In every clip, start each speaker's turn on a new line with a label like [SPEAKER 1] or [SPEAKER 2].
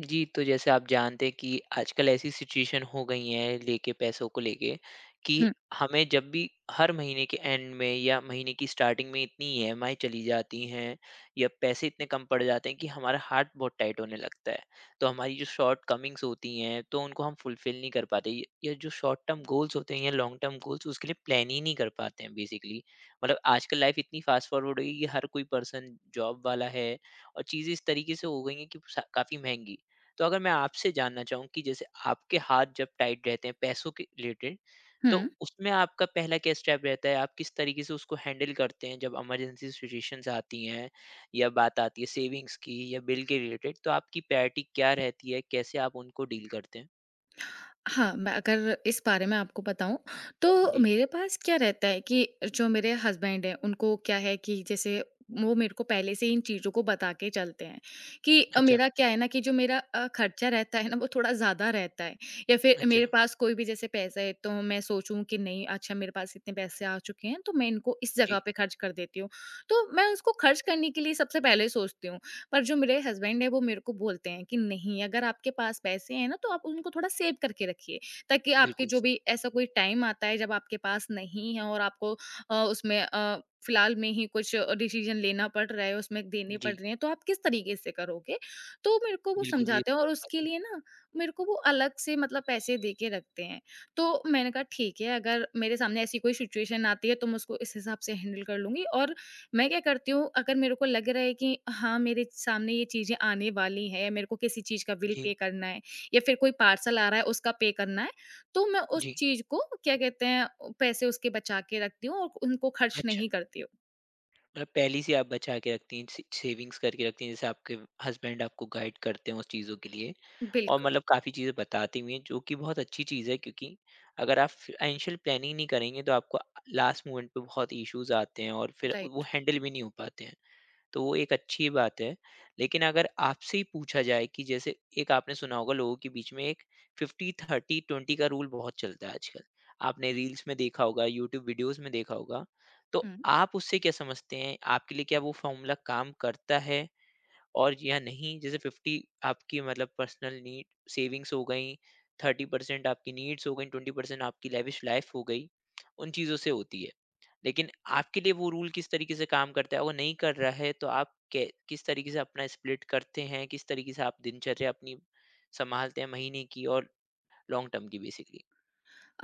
[SPEAKER 1] जी, तो जैसे आप जानते हैं कि आजकल ऐसी सिचुएशन हो गई है लेके पैसों को लेके कि
[SPEAKER 2] हुँ,
[SPEAKER 1] हमें जब भी हर महीने के एंड में या महीने की स्टार्टिंग में इतनी ईएमआई चली जाती हैं या पैसे इतने कम पड़ जाते हैं कि हमारा हार्ट बहुत टाइट होने लगता है। तो हमारी जो शॉर्ट कमिंग्स होती हैं तो उनको हम फुलफ़िल नहीं कर पाते य या जो शॉर्ट टर्म गोल्स होते हैं या लॉन्ग टर्म गोल्स उसके लिए प्लान ही नहीं कर पाते हैं बेसिकली। मतलब आजकल लाइफ़ इतनी फ़ास्ट फॉरवर्ड हो गई है कि हर कोई पर्सन जॉब वाला है और चीज़ें इस तरीके से हो गई हैं कि स काफ़ी महँगी। तो अगर मैं आपसे जानना चाहूँ कि जैसे आपके हाथ जब टाइट रहते हैं पैसों के रिलेटेड, तो
[SPEAKER 2] हुँ।
[SPEAKER 1] उसमें आपका पहला क्या स्टेप रहता है? आप किस तरीके से उसको हैंडल करते हैं जब इमरजेंसी सिचुएशंस आती हैं या बात आती है सेविंग्स की या बिल के रिलेटेड, तो आपकी प्रायोरिटी क्या रहती है? कैसे आप उनको डील करते हैं?
[SPEAKER 2] हाँ, मैं अगर इस बारे में आपको बताऊँ, तो
[SPEAKER 1] जी।
[SPEAKER 2] मेरे पास क्या रहता है कि जो मेरे हस्बैंड हैं, उनको क्या है कि जैसे वो मेरे को पहले से इन चीज़ों को बता के चलते हैं कि
[SPEAKER 1] अच्छा।
[SPEAKER 2] मेरा क्या है ना कि जो मेरा खर्चा रहता है ना, वो थोड़ा ज़्यादा रहता है या फिर
[SPEAKER 1] अच्छा।
[SPEAKER 2] मेरे पास कोई भी जैसे पैसा है, तो मैं सोचूँ कि नहीं, अच्छा मेरे पास इतने पैसे आ चुके हैं, तो मैं इनको इस जगह
[SPEAKER 1] जी,
[SPEAKER 2] पे खर्च कर देती हूँ। तो मैं उसको खर्च करने के लिए सबसे पहले सोचती हूँ, पर जो मेरे हस्बैंड हैं वो मेरे को बोलते हैं कि नहीं, अगर आपके पास पैसे हैं ना तो आप उनको थोड़ा सेव करके रखिए, ताकि आपके
[SPEAKER 1] बिल्कुल।
[SPEAKER 2] जो
[SPEAKER 1] स
[SPEAKER 2] भी ऐसा कोई टाइम आता है जब आपके पास नहीं है और आपको उसमें फिलहाल में ही कुछ डिसीजन लेना पड़ रहा है, उसमें देने पड़
[SPEAKER 1] जी,
[SPEAKER 2] रहे हैं तो आप किस तरीके से करोगे। तो मेरे को वो
[SPEAKER 1] बिल्कुल, ये
[SPEAKER 2] समझाते हैं और
[SPEAKER 1] बात
[SPEAKER 2] उसके
[SPEAKER 1] है।
[SPEAKER 2] लिए ना मेरे को वो अलग से मतलब पैसे दे के रखते हैं। तो मैंने कहा ठीक है, अगर मेरे सामने ऐसी कोई सिचुएशन आती है तो मैं उसको इस हिसाब से हैंडल कर लूंगी। और मैं क्या करती हूँ, अगर मेरे को लग रहा है कि हाँ मेरे सामने ये चीज़ें आने वाली हैं या मेरे को किसी चीज़ का बिल
[SPEAKER 1] जी।
[SPEAKER 2] पे करना है या फिर कोई पार्सल आ रहा है उसका पे करना है, तो मैं उस
[SPEAKER 1] जी।
[SPEAKER 2] चीज़ को क्या कहते हैं, पैसे उसके बचा के रखती हूँ और उनको खर्च
[SPEAKER 1] अच्छा।
[SPEAKER 2] नहीं करती हूँ।
[SPEAKER 1] मतलब पहले से आप बचा के रखती हैं, से सेविंग्स करके रखती हैं, जैसे आपके हस्बैंड आपको गाइड करते हैं उस चीज़ों के लिए। और
[SPEAKER 2] बिल्कुल,
[SPEAKER 1] मतलब काफ़ी चीज़ें बताती भी हैं, जो कि बहुत अच्छी चीज़ है क्योंकि अगर आप फाइनेंशियल प्लानिंग नहीं करेंगे, तो आपको लास्ट मोमेंट पे बहुत इश्यूज़ आते हैं और फिर वो
[SPEAKER 2] राइट।
[SPEAKER 1] हैंडल भी नहीं हो पाते हैं। तो वो एक अच्छी बात है। लेकिन अगर आपसे ही पूछा जाए कि जैसे एक आपने सुना होगा लोगों के बीच में एक 50-30-20 का रूल बहुत चलता है आजकल। आपने रील्स में देखा होगा, यूट्यूब वीडियोज़ में देखा होगा। तो
[SPEAKER 2] हुँ।
[SPEAKER 1] आप उससे क्या समझते हैं? आपके लिए क्या वो फ़ॉर्मूला काम करता है और या नहीं? जैसे 50 आपकी मतलब पर्सनल नीड सेविंग्स हो गई, 30% आपकी नीड्स हो गई, 20% आपकी लेविश लाइफ़ हो गई, उन चीज़ों से होती है। लेकिन आपके लिए वो रूल किस तरीके से काम करता है? अगर नहीं कर रहा है तो आप कै किस तरीके से अपना स्प्लिट करते हैं? किस तरीके से आप दिनचर्या अपनी सँभालते हैं महीने की और लॉन्ग टर्म की बेसिकली?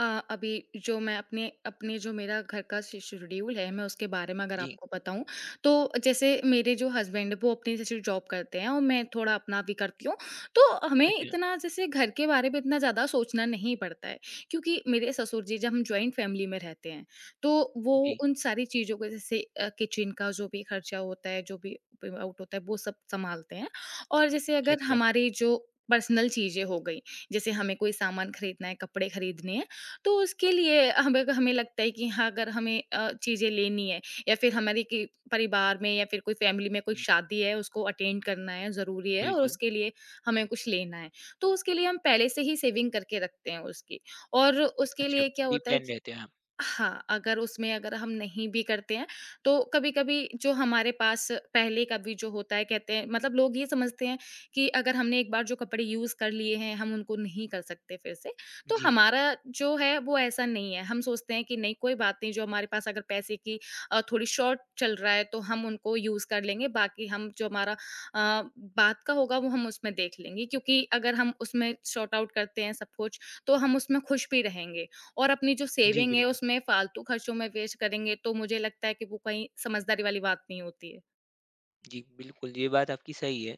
[SPEAKER 2] अ, अभी जो मैं अपने अपने जो मेरा घर का शे शेड्यूल है, मैं उसके बारे में अगर
[SPEAKER 1] जी।
[SPEAKER 2] आपको बताऊँ, तो जैसे मेरे जो हस्बैंड वो अपनी जैसे जॉब करते हैं और मैं थोड़ा अपना भी करती हूँ। तो हमें
[SPEAKER 1] अच्छा।
[SPEAKER 2] इतना जैसे घर के बारे में इतना ज़्यादा सोचना नहीं पड़ता है, क्योंकि मेरे ससुर जी जब हम जॉइंट फैमिली में रहते हैं, तो वो
[SPEAKER 1] जी।
[SPEAKER 2] उन सारी चीज़ों को जैसे किचन का जो भी खर्चा होता है, जो भी पेम आउट होता है, वो सब सँभालते हैं। और जैसे अगर
[SPEAKER 1] अच्छा।
[SPEAKER 2] हमारी जो पर्सनल चीज़ें हो गई, जैसे हमें कोई सामान खरीदना है, कपड़े खरीदने हैं, तो उसके लिए हमें हमें लगता है कि हाँ अगर हमें चीज़ें लेनी है या फिर हमारे कि परिवार में या फिर कोई फैमिली में कोई शादी है उसको अटेंड करना है ज़रूरी है और
[SPEAKER 1] बिल्कुल,
[SPEAKER 2] उसके लिए हमें कुछ लेना है। तो उसके लिए हम पहले से ही सेविंग करके रखते हैं उसकी। और उसके
[SPEAKER 1] अच्छा
[SPEAKER 2] लिए क्या होता है
[SPEAKER 1] प्री-प्लान
[SPEAKER 2] कि
[SPEAKER 1] रहते हैं आप।
[SPEAKER 2] हाँ, अगर उसमें अगर हम नहीं भी करते हैं, तो कभी-कभी जो हमारे पास पहले का भी जो होता है कहते हैं, मतलब लोग ये समझते हैं कि अगर हमने एक बार जो कपड़े यूज़ कर लिए हैं, हम उनको नहीं कर सकते फिर से। तो
[SPEAKER 1] जी।
[SPEAKER 2] हमारा जो है वो ऐसा नहीं है। हम सोचते हैं कि नहीं, कोई बात नहीं, जो हमारे पास अगर पैसे की थोड़ी शॉर्ट चल रहा है तो हम उनको यूज़ कर लेंगे, बाकी हम जो हमारा बात का होगा वो हम उसमें देख लेंगे, क्योंकि अगर हम उसमें सॉर्ट आउट करते हैं सब कुछ, तो हम उसमें खुश भी रहेंगे। और अपनी जो
[SPEAKER 1] जी,
[SPEAKER 2] सेविंग है
[SPEAKER 1] बिल्कुल।
[SPEAKER 2] उसमें फ़ालतू खर्चों में वेस्ट करेंगे तो मुझे लगता है कि वो कहीं समझदारी वाली बात नहीं होती है।
[SPEAKER 1] जी, बिल्कुल, ये बात आपकी सही है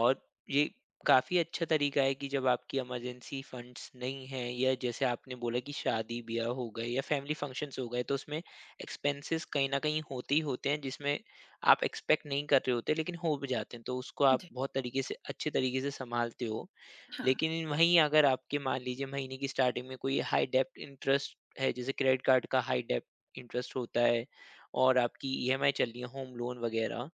[SPEAKER 1] और ये काफ़ी अच्छा तरीका है कि जब आपकी इमरजेंसी फंड्स नहीं हैं या जैसे आपने बोला कि शादी-ब्याह हो गए या फैमिली फंक्शंस हो गए, तो उसमें एक्सपेंसेस कहीं न कहीं होते ही होते हैं, जिसमें आप एक्सपेक्ट नहीं कर रहे होते, लेकिन हो भी जाते हैं। तो उसको आप
[SPEAKER 2] जी।
[SPEAKER 1] बहुत तरीके से अच्छे तरीके से सँभालते हो।
[SPEAKER 2] हाँ।
[SPEAKER 1] लेकिन वहीं अगर आपके मान लीजिए महीने की स्टार्टिंग में कोई हाई डेब्ट इंटरेस्ट है, जैसे क्रेडिट कार्ड का हाई डेब्ट इंटरेस्ट होता है और आपकी ईएमआई चल रही है, होम लोन वग़ैरह,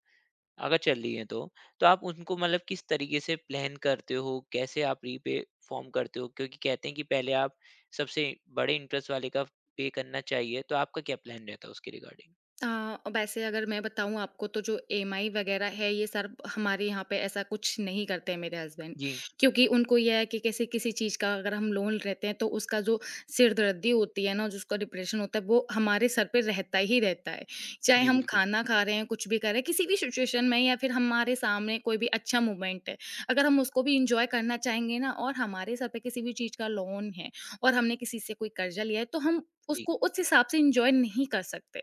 [SPEAKER 1] अगर चल रही हैं तो आप उनको मतलब किस तरीके से प्लान करते हो? कैसे आप रीपे फ़ॉर्म करते हो? क्योंकि कहते हैं कि पहले आप सबसे बड़े इंटरेस्ट वाले का पे करना चाहिए, तो आपका क्या प्लान रहता है उसके रिगार्डिंग?
[SPEAKER 2] वैसे अगर मैं बताऊँ आपको तो जो ईएमआई वगैरह है ये सर हमारे यहाँ पे ऐसा कुछ नहीं करते हैं मेरे हस्बैंड,
[SPEAKER 1] जी।
[SPEAKER 2] क्योंकि उनको ये है कि किसी किसी चीज़ का अगर हम लोन लेते हैं तो उसका जो सिरदर्दी होती है ना जिसका डिप्रेशन होता है वो हमारे सर पे रहता ही रहता है। चाहे
[SPEAKER 1] जी
[SPEAKER 2] हम
[SPEAKER 1] बिल्कुल।
[SPEAKER 2] खाना खा रहे हैं, कुछ भी कर रहे हैं, किसी भी सिचुएशन में या फिर हमारे सामने कोई भी अच्छा मोमेंट है, अगर हम उसको भी एन्जॉय करना चाहेंगे ना और हमारे सर पे किसी भी चीज़ का लोन है और हमने किसी से कोई कर्जा लिया है तो हम
[SPEAKER 1] जी,
[SPEAKER 2] उसको उस हिसाब से एन्जॉय नहीं कर सकते।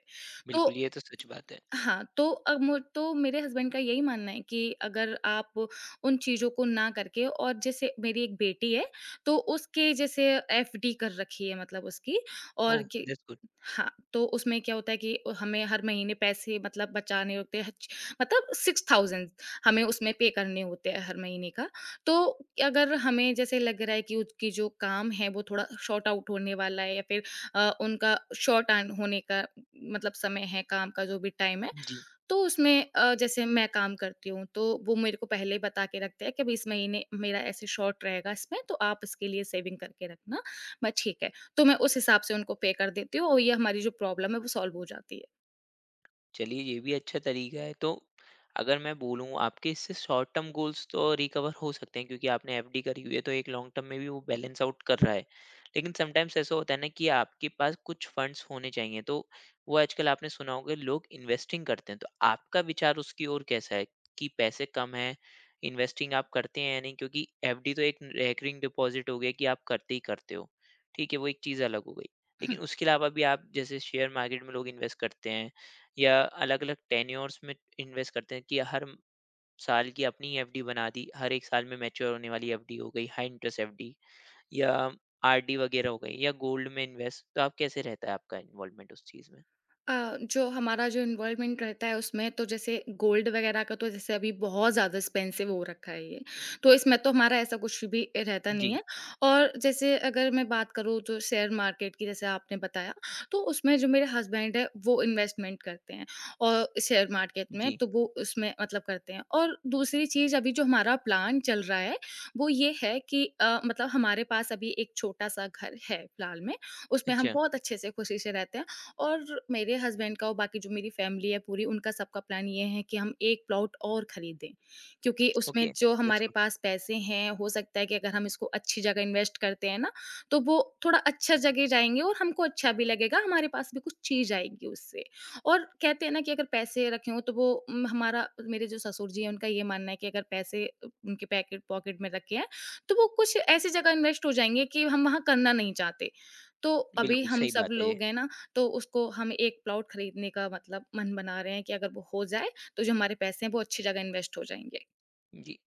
[SPEAKER 2] तो
[SPEAKER 1] बिल्कुल ये तो सच बात है।
[SPEAKER 2] हाँ, तो अब मु तो मेरे हस्बैंड का यही मानना है कि अगर आप उन चीज़ों को ना करके, और जैसे मेरी एक बेटी है, तो उसके जैसे एफडी कर रखी है मतलब उसकी। और
[SPEAKER 1] ओह!
[SPEAKER 2] कि
[SPEAKER 1] दैट्स गुड।
[SPEAKER 2] हाँ, तो उसमें क्या होता है कि हमें हर महीने पैसे मतलब बचाने होते हैं छ मतलब 6000 हमें उसमें पे करने होते हैं हर महीने का। तो अगर हमें जैसे लग रहा है कि उसकी जो काम है वो थोड़ा शॉर्ट आउट होने वाला है या फिर उनका शॉर्ट आन होने का मतलब समय है, काम का जो भी टाइम है,
[SPEAKER 1] जी।
[SPEAKER 2] तो उसमें जैसे मैं काम करती हूँ, तो वो मेरे को पहले ही बता के रखते हैं कि अभी इस महीने मेरा ऐसे शॉर्ट रहेगा इसमें, तो आप इसके लिए सेविंग करके रखना। मैं ठीक है, तो मैं उस हिसाब से उनको पे कर देती हूँ और ये हमारी जो प्रॉब्लम है, वो सॉल्व हो जाती
[SPEAKER 1] चलिए ये भी अच्छा तरीका है। तो अगर मैं बोलूँ आपके इससे शॉर्ट टर्म गोल्स तो रिकवर हो सकते हैं क्योंकि आपने एफडी करी हुई है तो एक लॉन्ग टर्म में भी वो बैलेंस आउट कर रहा है। लेकिन समटाइम्स ऐसा होता है ना कि आपके पास कुछ फंड्स होने चाहिए तो वो आजकल आपने सुना होगा लोग इन्वेस्टिंग करते हैं। तो आपका विचार उसकी ओर कैसा है कि पैसे कम हैं, इन्वेस्टिंग आप करते हैं या नहीं? क्योंकि एफडी तो एक रेकरिंग डिपॉज़िट हो गया कि आप करते ही करते हो। ठीक है, वो एक चीज़ अलग हो गई। लेकिन
[SPEAKER 2] है।
[SPEAKER 1] उसके अलावा भी आप जैसे शेयर मार्केट में लोग इन्वेस्ट करते हैं या अलग-अलग टेन्योर्स में इन्वेस्ट करते हैं कि साल की अपनी एफडी बना दी, हर एक साल में मैच्योर होने वाली एफडी हो गई, हाई इंटरेस्ट एफडी या आरडी वगैरह हो गई या गोल्ड में इन्वेस्ट, तो आप कैसे रहता है आपका इन्वॉल्वमेंट उस चीज़ में?
[SPEAKER 2] जो हमारा जो इन्वॉल्वमेंट रहता है उसमें, तो जैसे गोल्ड वगैरह का तो जैसे अभी बहुत ज़्यादा एक्सपेंसिव हो रखा है ये, तो इसमें तो हमारा ऐसा कुछ भी रहता नहीं
[SPEAKER 1] जी।
[SPEAKER 2] है। और जैसे अगर मैं बात करूँ तो शेयर मार्केट की, जैसे आपने बताया, तो उसमें जो मेरे हस्बैंड हैं वो इन्वेस्टमेंट करते हैं और शेयर मार्केट में
[SPEAKER 1] जी।
[SPEAKER 2] तो वो उसमें मतलब करते हैं। और दूसरी चीज़ अभी जो हमारा प्लान चल रहा है, वो ये है कि मतलब हमारे पास अभी एक छोटा-सा घर है फिलहाल में, उसमें हम
[SPEAKER 1] अच्छा।
[SPEAKER 2] बहुत अच्छे से खुशी से रहते हैं, और मेरे हस्बैंड का और बाकी जो मेरी फैमिली है पूरी उनका सबका प्लान ये है कि हम 1 प्लॉट और खरीदें। क्योंकि
[SPEAKER 1] ओके,
[SPEAKER 2] उसमें जो
[SPEAKER 1] दैट्स
[SPEAKER 2] हमारे
[SPEAKER 1] गुड।
[SPEAKER 2] पास पैसे हैं हो सकता है कि अगर हम इसको अच्छी जगह इन्वेस्ट करते हैं ना, तो वो थोड़ा अच्छा जगह जाएँगे और हमको अच्छा भी लगेगा, हमारे पास भी कुछ चीज़ आएगी उससे। और कहते हैं ना कि अगर पैसे रखे हों तो वो हमारा, मेरे जो ससुर जी हैं उनका ये मानना है कि अगर पैसे उनके पैकेट पॉकेट में रखे हैं, तो वो कुछ ऐसी जगह इन्वेस्ट हो जाएँगे कि हम वहाँ करना नहीं चाहते। तो अभी
[SPEAKER 1] बिल्कुल,
[SPEAKER 2] हम
[SPEAKER 1] सही
[SPEAKER 2] सब
[SPEAKER 1] बात है ये।
[SPEAKER 2] लोग हैं ना, तो उसको हम एक प्लॉट खरीदने का मतलब मन बना रहे हैं कि अगर वो हो जाए, तो जो हमारे पैसे हैं वो अच्छी जगह इन्वेस्ट हो जाएँगे।
[SPEAKER 1] जी।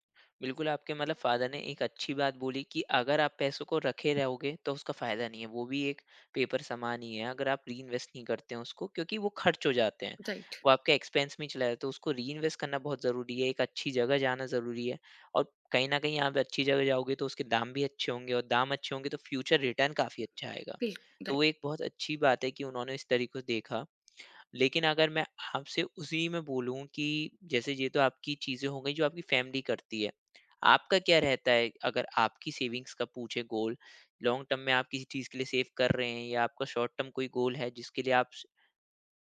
[SPEAKER 1] बिल्कुल, आपके मतलब फ़ादर ने एक अच्छी बात बोली कि अगर आप पैसों को रखे रहोगे तो उसका फ़ायदा नहीं है। वो भी एक पेपर समान ही है, अगर आप रीइन्वेस्ट नहीं करते हैं उसको क्योंकि वो खर्च हो जाते हैं।
[SPEAKER 2] राइट,
[SPEAKER 1] वो आपके एक्सपेंस में ही चला जाता है, तो उसको रीइन्वेस्ट करना बहुत ज़रूरी है, एक अच्छी जगह जाना ज़रूरी है और कहीं न कहीं आप अच्छी जगह जाओगे तो उसके दाम भी अच्छे होंगे और दाम अच्छे होंगे तो फ्यूचर रिटर्न काफ़ी अच्छा आएगा।
[SPEAKER 2] बिल
[SPEAKER 1] तो
[SPEAKER 2] राइट।
[SPEAKER 1] वो एक बहुत अच्छी बात है कि उन्होंने इस तरीके से देखा। लेकिन अगर मैं आपसे उसी में बोलूँ कि जैसे ये तो आपकी चीज़ें हो गई जो आपकी फैमिली करती है। आपका क्या रहता है अगर आपकी सेविंग्स का पूछे गोल, लॉन्ग टर्म में आप किसी चीज़ के लिए सेव कर रहे हैं या आपका शॉर्ट टर्म कोई गोल है जिसके लिए आप स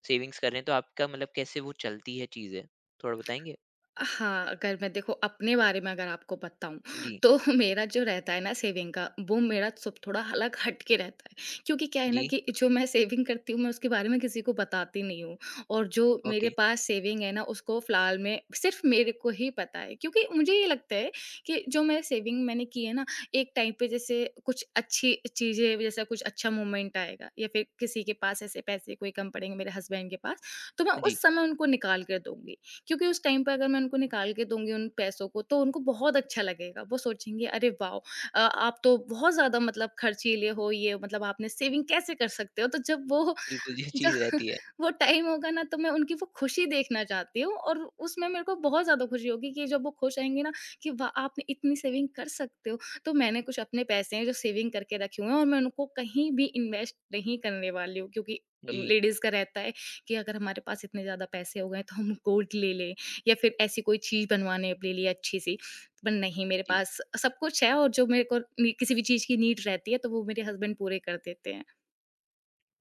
[SPEAKER 1] सेविंग्स कर रहे हैं, तो आपका मतलब कैसे वो चलती है चीज़ें? थोड़ा बताएँगे?
[SPEAKER 2] हाँ, अगर मैं देखो अपने बारे में अगर आपको बताऊँ,
[SPEAKER 1] जी।
[SPEAKER 2] तो मेरा जो रहता है ना सेविंग का वो मेरा सब थोड़ा अलग हट के रहता है। क्योंकि क्या है ना
[SPEAKER 1] जी।
[SPEAKER 2] कि जो मैं सेविंग करती हूँ मैं उसके बारे में किसी को बताती नहीं हूँ और जो
[SPEAKER 1] ओके।
[SPEAKER 2] मेरे पास सेविंग है ना उसको फ़िलहाल में सिर्फ़ मेरे को ही पता है। क्योंकि मुझे ये लगता है कि जो मैं सेविंग मैंने की है ना, एक टाइम पे जैसे कुछ अच्छी चीज़ें, जैसे कुछ अच्छा मोमेंट आएगा या फिर किसी के पास ऐसे पैसे कोई कम पड़ेंगे मेरे हस्बैंड के पास, तो मैं
[SPEAKER 1] जी,
[SPEAKER 2] उस समय उनको निकाल कर दूँगी। क्योंकि उस टाइम पे अगर मैं उनको निकाल के दूँगी उन पैसों को, तो उनको बहुत अच्छा लगेगा। वो सोचेंगे अरे वाओ! आप तो बहुत ज़्यादा मतलब खर्चीले हो, ये मतलब आपने सेविंग कैसे कर सकते हो? तो जब वो
[SPEAKER 1] बिल्कुल ये
[SPEAKER 2] जो
[SPEAKER 1] चीज़ रहती है।
[SPEAKER 2] वो टाइम होगा ना तो मैं उनकी वो खुशी देखना चाहती हूँ और उसमें मेरे को बहुत ज़्यादा खुशी होगी कि जब वो खुश रहेंगे ना, कि वाह! आपने इतनी सेविंग कर सकते हो। तो मैंने कुछ अपने पैसे हैं जो सेविंग करके रखे हुए हैं और मैं उनको कहीं भी इन्वेस्ट नहीं करने वाली हूँ, क्योंकि
[SPEAKER 1] जी।
[SPEAKER 2] लेडीज़ का रहता है कि अगर हमारे पास इतने ज़्यादा पैसे हो गए तो हम गोल्ड ले लें या फिर ऐसी कोई चीज़ बनवाने ले लें अच्छी-सी। पर नहीं, मेरे
[SPEAKER 1] जी।
[SPEAKER 2] पास सब कुछ है और जो मेरे को नी किसी भी चीज़ की नीड रहती है तो वो मेरे हस्बैंड पूरे कर देते हैं।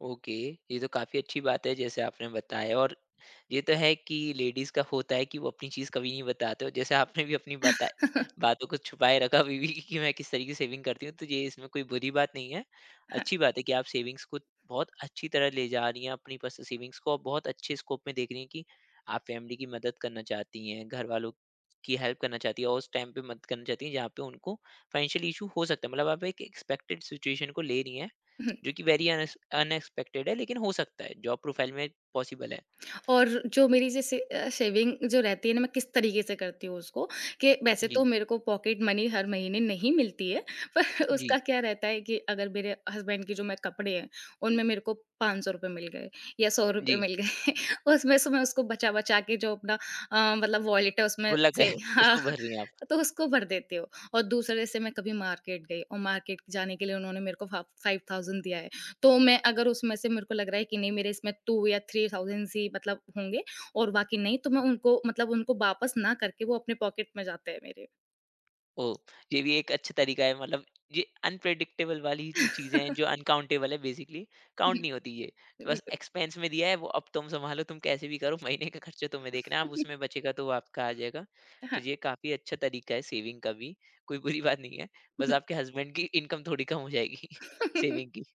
[SPEAKER 1] ओके, ये तो काफी अच्छी बात है जैसे आपने बताया और ये तो है कि लेडीज का होता है कि वो अपनी चीज कभी नहीं बताते और जैसे आपने भी अपनी बता बातों को छुपाए रखा बीवी की कि मैं किस तरीके से सेविंग करती हूँ तो ये इसमें कोई बुरी बात नहीं है,
[SPEAKER 2] हाँ।
[SPEAKER 1] अच्छी बात है कि आप सेविंग्स को बहुत अच्छी तरह ले जा रही हैं अपनी पर्सनल सेविंग्स को और बहुत अच्छे स्कोप में देख रही हैं कि आप फैमिली की मदद करना चाहती हैं घर वालों की हेल्प करना चाहती है और उस टाइम पे मदद करना चाहती हैं जहाँ पे उनको फाइनेंशियल इशू हो सकता है, मतलब आप एक एक्सपेक्टेड सिचुएशन को ले रही हैं
[SPEAKER 2] हुँ।
[SPEAKER 1] जो कि वेरी अनएक्सपेक्टेड है, लेकिन हो सकता है, जॉब प्रोफाइल में पॉसिबल है।
[SPEAKER 2] और जो मेरी जैसे शेविंग जो रहती है ना, मैं किस तरीके से करती हूँ उसको, कि वैसे
[SPEAKER 1] जी।
[SPEAKER 2] तो मेरे को पॉकेट मनी हर महीने नहीं मिलती है, पर
[SPEAKER 1] जी।
[SPEAKER 2] उसका क्या रहता है कि अगर मेरे हस्बैंड के जो मैं कपड़े हैं, उनमें मेरे को ₹500 मिल गए या ₹100
[SPEAKER 1] जी,
[SPEAKER 2] मिल गए, उसमें से मैं उसको बचा-बचा के जो अपना मतलब वॉलेट है उसमें
[SPEAKER 1] गुड लक है,
[SPEAKER 2] से हाँ,
[SPEAKER 1] उसको भर रही हैं आप।
[SPEAKER 2] तो उसको भर देती हूँ। और दूसरे से मैं कभी मार्केट गई और मार्केट जाने के लिए उन्होंने मेरे को फा 5000 दिया है। तो मैं अगर उसमें से मेरे को लग रहा है कि नहीं मेरे इसमें 2 या 3000 ही मतलब होंगे और बाकी नहीं, तो मैं उनको मतलब उनको वापस ना करके वो अपने पॉकेट में जाते हैं मेरे।
[SPEAKER 1] ओह! ये भी एक अच्छा तरीका है, मतलब ये अनप्रेडिक्टेबल वाली जो चीज़ें हैं, जो अनकाउंटेबल है बेसिकली, काउंट नहीं होती ये। बस
[SPEAKER 2] बिल्कुल।
[SPEAKER 1] एक्सपेंस में दिया है, वो अब तुम सँभालो, तुम कैसे भी करो, महीने का खर्चा तुम्हें देखना है, अब उसमें बचेगा तो वो आपका आ जाएगा। तो
[SPEAKER 2] हाँ।
[SPEAKER 1] ये काफ़ी अच्छा तरीका है सेविंग का भी, कोई बुरी बात नहीं है, बस आपके हस्बैंड की इनकम थोड़ी कम हो जाएगी सेविंग की।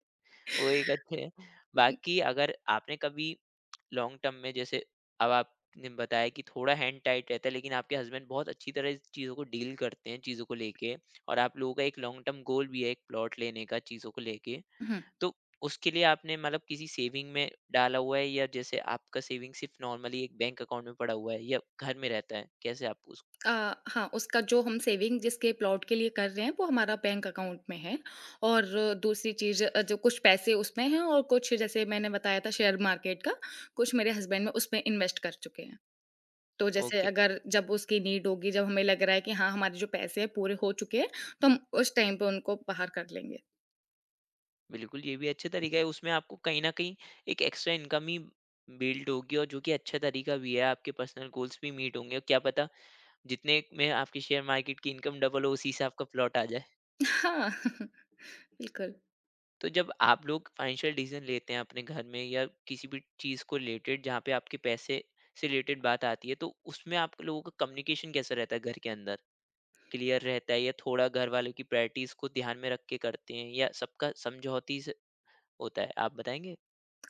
[SPEAKER 1] वो एक अच्छे हैं। बाकी अगर आपने कभी लॉन्ग टर्म में जैसे अब आपने बताया कि थोड़ा हैंड टाइट रहता है लेकिन आपके हस्बैंड बहुत अच्छी तरह इस चीज़ों को डील करते हैं चीज़ों को लेके और आप लोगों का एक लॉन्ग टर्म गोल भी है एक प्लॉट लेने का चीज़ों को लेके,
[SPEAKER 2] हुँ।
[SPEAKER 1] तो उसके लिए आपने मतलब किसी सेविंग में डाला हुआ है या जैसे आपका सेविंग सिर्फ नॉर्मली एक बैंक अकाउंट में पड़ा हुआ है या घर में रहता है कैसे आप उस
[SPEAKER 2] अ, हाँ, उसका जो हम सेविंग जिसके प्लॉट के लिए कर रहे हैं वो हमारा बैंक अकाउंट में है, और दूसरी चीज़ जो कुछ पैसे उसमें हैं और कुछ जैसे मैंने बताया था शेयर मार्केट का, कुछ मेरे हस्बैंड में उसमें इन्वेस्ट कर चुके हैं। तो जैसे
[SPEAKER 1] ओके।
[SPEAKER 2] अगर जब उसकी नीड होगी, जब हमें लग रहा है कि हाँ, हमारे जो पैसे हैं पूरे हो चुके हैं, तो हम उस टाइम पे उनको बाहर कर लेंगे।
[SPEAKER 1] बिल्कुल, ये भी अच्छा तरीका है। उसमें आपको कहीं न कहीं एक एक्स्ट्रा इनकम ही बिल्ड होगी और जो कि अच्छा तरीका भी है, आपके पर्सनल गोल्स भी मीट होंगे और क्या पता जितने में आपकी शेयर मार्केट की इनकम डबल हो, उसी से आपका प्लॉट आ जाए।
[SPEAKER 2] हाँ, बिल्कुल।
[SPEAKER 1] तो जब आप लोग फाइनेंशियल डिसीज़न लेते हैं अपने घर में या किसी भी चीज़ को रिलेटेड जहाँ पे आपके पैसे से रिलेटेड बात आती है, तो उसमें आप लोगों का कम्युनिकेशन कैसा रहता है घर के अंदर? क्लियर रहता है या थोड़ा घर वालों की प्रायोरिटीज़ को ध्यान में रख के करते हैं या सबका समझौती से होता है? आप बताएँगे?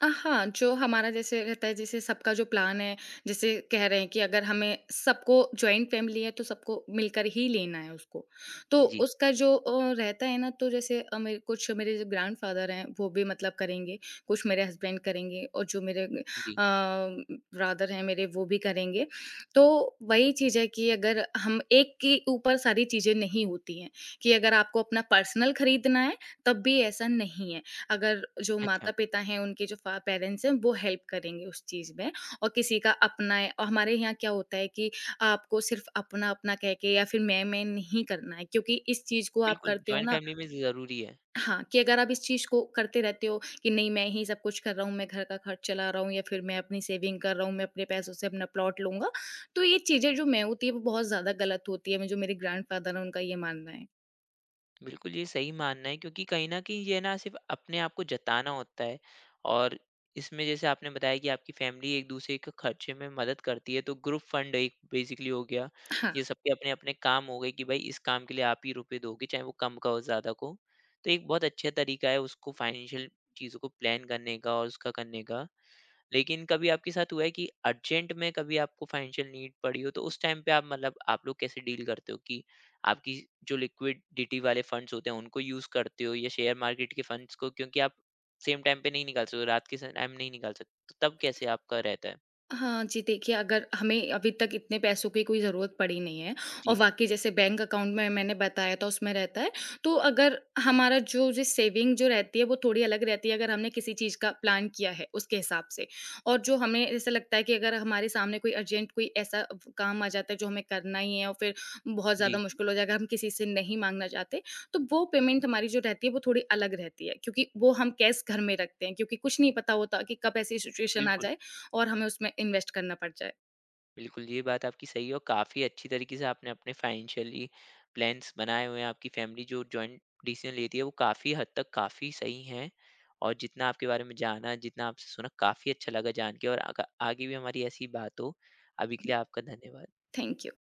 [SPEAKER 2] हाँ, जो हमारा जैसे रहता है जैसे सबका जो प्लान है, जैसे कह रहे हैं कि अगर हमें सबको जॉइंट फैमिली है तो सबको मिलकर ही लेना है उसको। तो
[SPEAKER 1] जी।
[SPEAKER 2] उसका जो रहता है ना, तो जैसे मेरे कुछ मेरे जो ग्रैंडफ़ादर हैं वो भी मतलब करेंगे, कुछ मेरे हस्बैंड करेंगे और जो मेरे
[SPEAKER 1] जी।
[SPEAKER 2] ब्रदर हैं मेरे वो भी करेंगे। तो वही चीज़ है कि अगर हम एक के ऊपर सारी चीज़ें नहीं होती हैं, कि अगर आपको अपना पर्सनल खरीदना है तब भी ऐसा नहीं है। अगर जो
[SPEAKER 1] अच्छा।
[SPEAKER 2] माता-पिता हैं, उनके जो फा पेरेंट्स हैं, वो हेल्प करेंगे उस चीज़ में और किसी का अपना है, और हमारे यहाँ क्या होता है कि आपको सिर्फ़ अपना-अपना कह के या फिर मैं-मैं नहीं करना है, क्योंकि इस चीज़ को आप
[SPEAKER 1] बिल्कुल,
[SPEAKER 2] करते हो
[SPEAKER 1] जॉइंट
[SPEAKER 2] ना,
[SPEAKER 1] फैमिली में ज़रूरी है।
[SPEAKER 2] हाँ, कि अगर आप इस चीज़ को करते रहते हो कि नहीं मैं ही सब कुछ कर रहा हूँ, मैं घर का खर्च चला रहा हूँ या फिर मैं अपनी सेविंग कर रहा हूँ, मैं अपने पैसों से अपना प्लॉट लूँगा, तो ये चीज़ें जो मैं होती है, वो बहुत ज़्यादा गलत होती है, म जो मेरे ग्रैंडफ़ादर हैं, उनका ये मानना है।
[SPEAKER 1] बिल्कुल, ये सही मानना है क्योंकि कहीं न कहीं ये ना सिर्फ़ अपने आप को जताना होता है और इसमें जैसे आपने बताया कि आपकी फैमिली एक-दूसरे के खर्चे में मदद करती है, तो ग्रुप फंड एक बेसिकली हो गया।
[SPEAKER 2] हाँ।
[SPEAKER 1] ये सबके अपने-अपने काम हो गए कि भाई इस काम के लिए आप ही रुपए दोगे, चाहे वो कम का हो, ज़्यादा का हो। तो एक बहुत अच्छा तरीका है उसको फ़ाइनेंशियल चीज़ों को प्लान करने का और उसका करने का। लेकिन कभी आपके साथ हुआ है कि अर्जेंट में कभी आपको फाइनेंशियल नीड पड़ी हो तो उस टाइम पे आप मतलब आप लोग कैसे डील करते हो कि आपकी जो लिक्विडिटी वाले फंड्स होते हैं उनको यूज करते हो या शेयर मार्केट के फंड्स को, क्योंकि आप सेम टाइम पे नहीं निकाल सकते हो, रात के टाइम नहीं निकाल सकते तो तब कैसे आपका रहता है
[SPEAKER 2] हाँ जी, देखिए अगर हमें अभी तक इतने पैसों की कोई ज़रूरत पड़ी नहीं है और
[SPEAKER 1] जी।
[SPEAKER 2] वाक़ई जैसे बैंक अकाउंट में मैंने बताया था उसमें रहता है, तो अगर हमारा जो जो सेविंग जो रहती है वो थोड़ी अलग रहती है अगर हमने किसी चीज़ का प्लान किया है उसके हिसाब से। और जो हमें ऐसा लगता है कि अगर हमारे सामने कोई अर्जेंट कोई ऐसा व काम आ जाता है जो हमें करना ही है और फिर बहुत ज़्यादा
[SPEAKER 1] जी
[SPEAKER 2] मुश्किल हो जाए, अगर हम किसी से नहीं माँगना चाहते, तो वो पेमेंट हमारी जो रहती है वो थोड़ी अलग रहती है, क्योंकि वो हम कैश घर में रखते हैं, क्योंकि कुछ नहीं पता होता कि कब ऐसी सिचुएशन आ
[SPEAKER 1] बिल्कुल।
[SPEAKER 2] जाए और हमें उसमें इन्वेस्ट करना पड़ जाए।
[SPEAKER 1] बिल्कुल, ये बात आपकी सही है और काफ़ी अच्छी तरीके से आपने अपने फाइनेंशियली प्लान्स बनाए हुए हैं। आपकी फैमिली जो जॉइंट डिसीज़न लेती है, वो काफ़ी हद तक काफ़ी सही हैं और जितना आपके बारे में जाना, जितना आपसे सुना, काफ़ी अच्छा लगा जान के और आगा आगे भी हमारी ऐसी ही बात हो। अभी के लिए आपका धन्यवाद।
[SPEAKER 2] Thank you.